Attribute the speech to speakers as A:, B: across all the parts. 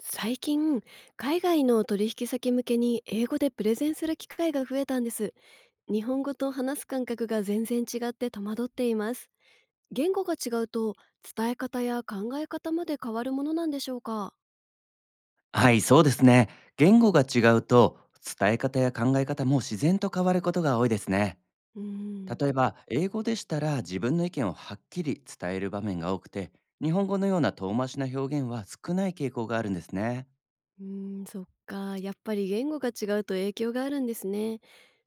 A: 最近、海外の取引先向けに英語でプレゼンする機会が増えたんです。日本語と話す感覚が全然違って戸惑っています。言語が違うと伝え方や考え方まで変わるものなんでしょうか？
B: はい、そうですね。言語が違うと、伝え方や考え方も自然と変わることが多いですね。
A: うーん。
B: 例えば、英語でしたら自分の意見をはっきり伝える場面が多くて、日本語のような遠回しな表現は少ない傾向があるんですね。
A: うーん、そっか。やっぱり言語が違うと影響があるんですね。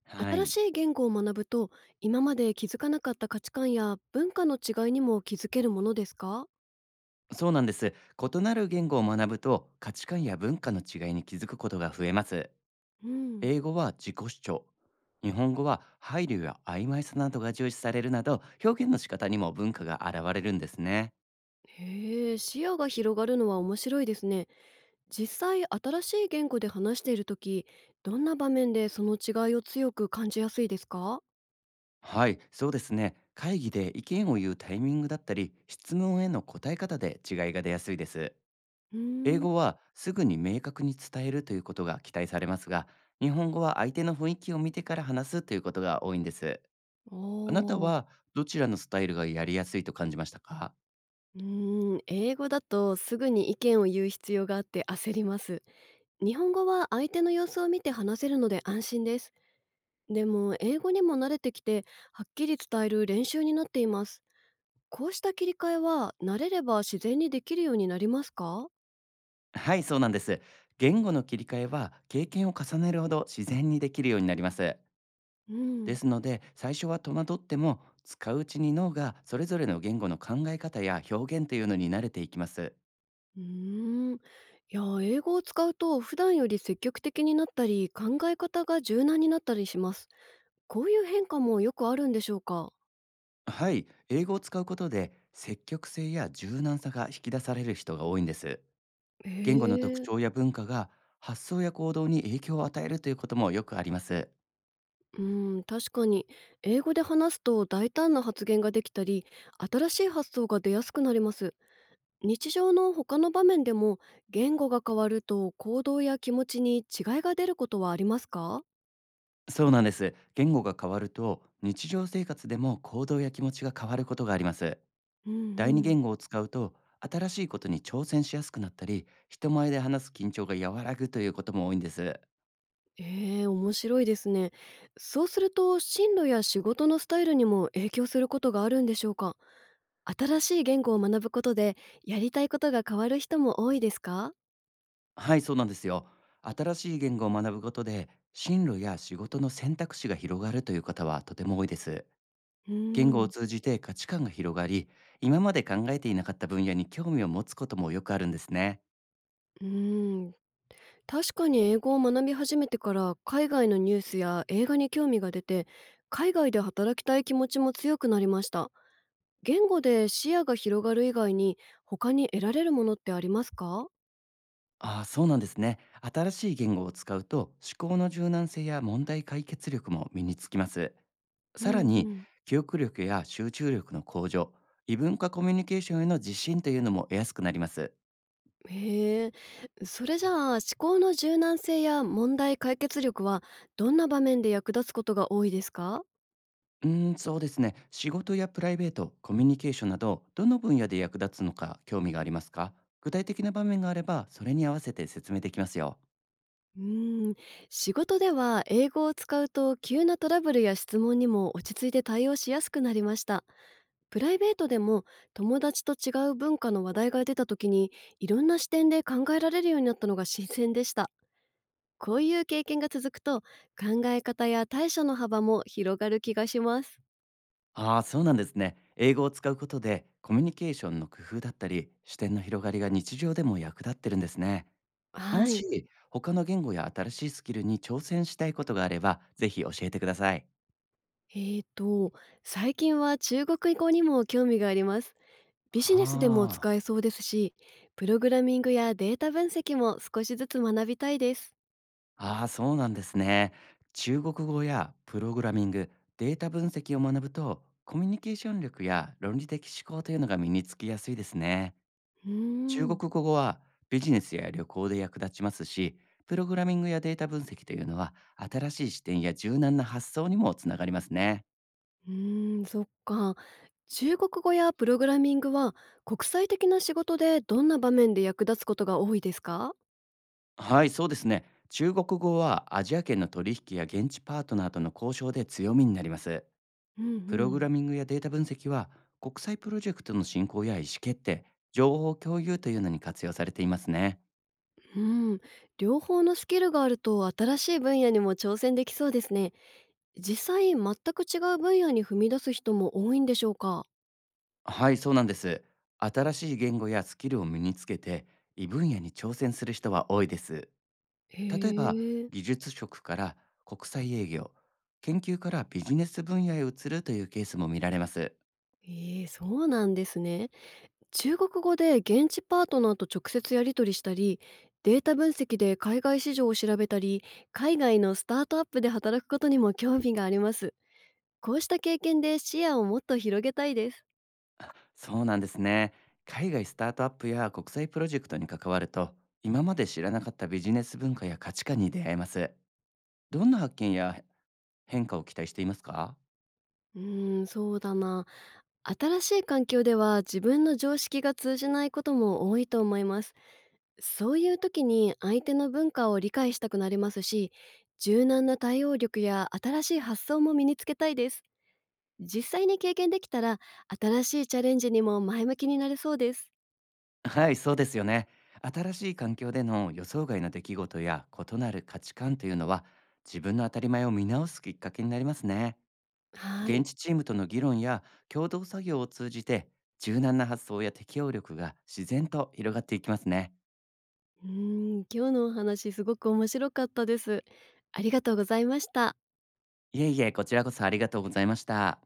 B: は
A: 新
B: い、
A: しい言語を学ぶと、今まで気づかなかった価値観や文化の違いにも気づけるものですか？
B: そうなんです。異なる言語を学ぶと、価値観や文化の違いに気づくことが増えます。
A: うん。
B: 英語は自己主張。日本語は配慮や曖昧さなどが重視されるなど、表現の仕方にも文化が現れるんですね。
A: へえ、視野が広がるのは面白いですね。実際新しい言語で話している時どんな場面でその違いを強く感じやすいですか？
B: はい、そうですね。会議で意見を言うタイミングだったり、質問への答え方で違いが出やすいです。
A: うー
B: 英
A: ん。
B: 語はすぐに明確に伝えるということが期待されますが、日本語は相手の雰囲気を見てから話すということが多いんです。
A: お
B: あなたは
A: ー。
B: どちらのスタイルがやりやすいと感じましたか？
A: 英語だとすぐに意見を言う必要があって焦ります。日本語は相手の様子を見て話せるので安心です。でも英語にも慣れてきてはっきり伝える練習になっています。こうした切り替えは慣れれば自然にできるようになりますか？
B: はい、そうなんです。言語の切り替えは経験を重ねるほど自然にできるようになります。
A: う
B: で
A: ん。
B: すので、最初は戸惑っても、使ううちに脳がそれぞれの言語の考え方や表現というのに慣れていきます。
A: うーん。いや、英語を使うと普段より積極的になったり、考え方が柔軟になったりします。こういう変化もよくあるんでしょうか？
B: はい、英語を使うことで積極性や柔軟さが引き出される人が多いんです。
A: へ
B: 言語の特
A: え。
B: 徴や文化が発想や行動に影響を与えるということもよくあります。
A: うん、確かに。英語で話すと大胆な発言ができたり、新しい発想が出やすくなります。日常の他の場面でも、言語が変わると行動や気持ちに違いが出ることはありますか？
B: そうなんです。言語が変わると、日常生活でも行動や気持ちが変わることがあります。
A: うん
B: 第二
A: う
B: 言
A: ん。
B: 語を使うと、新しいことに挑戦しやすくなったり、人前で話す緊張が和らぐということも多いんです。
A: ええ、面白いですね。そうすると進路や仕事のスタイルにも影響することがあるんでしょうか？新しい言語を学ぶことで、やりたいことが変わる人も多いですか？
B: はい、そうなんですよ。新しい言語を学ぶことで、進路や仕事の選択肢が広がるという方はとても多いです。
A: うー
B: 言語を
A: ん、
B: 通じて価値観が広がり、今まで考えていなかった分野に興味を持つこともよくあるんですね。
A: うーん、確かに英語を学び始めてから海外のニュースや映画に興味が出て、海外で働きたい気持ちも強くなりました。言語で視野が広がる以外に、他に得られるものってありますか？
B: ああ、そうなんですね。新しい言語を使うと、思考の柔軟性や問題解決力も身につきます。
A: う
B: さら
A: んう
B: に、
A: ん。
B: 記憶力や集中力の向上、異文化コミュニケーションへの自信というのも得やすくなります。
A: へえ、それじゃあ思考の柔軟性や問題解決力はどんな場面で役立つことが多いですか？
B: うーん、そうですね。仕事やプライベート、コミュニケーションなど、どの分野で役立つのか興味がありますか？具体的な場面があれば、それに合わせて説明できますよ。
A: うーん、仕事では英語を使うと急なトラブルや質問にも落ち着いて対応しやすくなりました。プライベートでも友達と違う文化の話題が出た時にいろんな視点で考えられるようになったのが新鮮でした。こういう経験が続くと考え方や対処の幅も広がる気がします。
B: ああ、そうなんですね。英語を使うことで、コミュニケーションの工夫だったり、視点の広がりが日常でも役立ってるんですね。も
A: はい。
B: し、他の言語や新しいスキルに挑戦したいことがあれば、ぜひ教えてください。
A: えーと、最近は中国語にも興味があります。ビジネスでも
B: はあ。
A: 使えそうですし、プログラミングやデータ分析も少しずつ学びたいです。
B: ああ、そうなんですね。中国語やプログラミング、データ分析を学ぶと、コミュニケーション力や論理的思考というのが身につきやすいですね。
A: うー
B: 中
A: ん、う
B: 国語はビジネスや旅行で役立ちますし、プログラミングやデータ分析というのは、新しい視点や柔軟な発想にもつながりますね。
A: そっか。中国語やプログラミングは国際的な仕事でどんな場面で役立つことが多いですか？
B: はい、そうですね。中国語はアジア圏の取引や現地パートナーとの交渉で強みになります。
A: う
B: プログ
A: ん
B: ラミングやデータ分析は、国際プロジェクトの進行や意思決定、情報共有というのに活用されていますね。
A: うん。うん。両方のスキルがあると新しい分野にも挑戦できそうですね。実際全く違う分野に踏み出す人も多いんでしょうか？
B: はい、そうなんです。新しい言語やスキルを身につけて、異分野に挑戦する人は多いです。
A: へ
B: 例えば、
A: え。
B: 技術職から国際営業、研究からビジネス分野へ移るというケースも見られます。
A: ええ、そうなんですね。中国語で現地パートナーと直接やり取りしたり、データ分析で海外市場を調べたり、海外のスタートアップで働くことにも興味があります。こうした経験で視野をもっと広げたいです。
B: そうなんですね。海外スタートアップや国際プロジェクトに関わると、今まで知らなかったビジネス文化や価値観に出会えます。どんな発見や変化を期待していますか？
A: そうだな。新しい環境では自分の常識が通じないことも多いと思います。そういう時に相手の文化を理解したくなりますし、柔軟な対応力や新しい発想も身につけたいです。実際に経験できたら、新しいチャレンジにも前向きになれそうです。
B: はい、そうですよね。新しい環境での予想外の出来事や異なる価値観というのは、自分の当たり前を見直すきっかけになりますね。
A: はい。
B: 現地チームとの議論や共同作業を通じて、柔軟な発想や適応力が自然と広がっていきますね。
A: うー今日のお話すごく面白かったです。ありがとうございました。
B: いえいえ、こちらこそありがとうございました。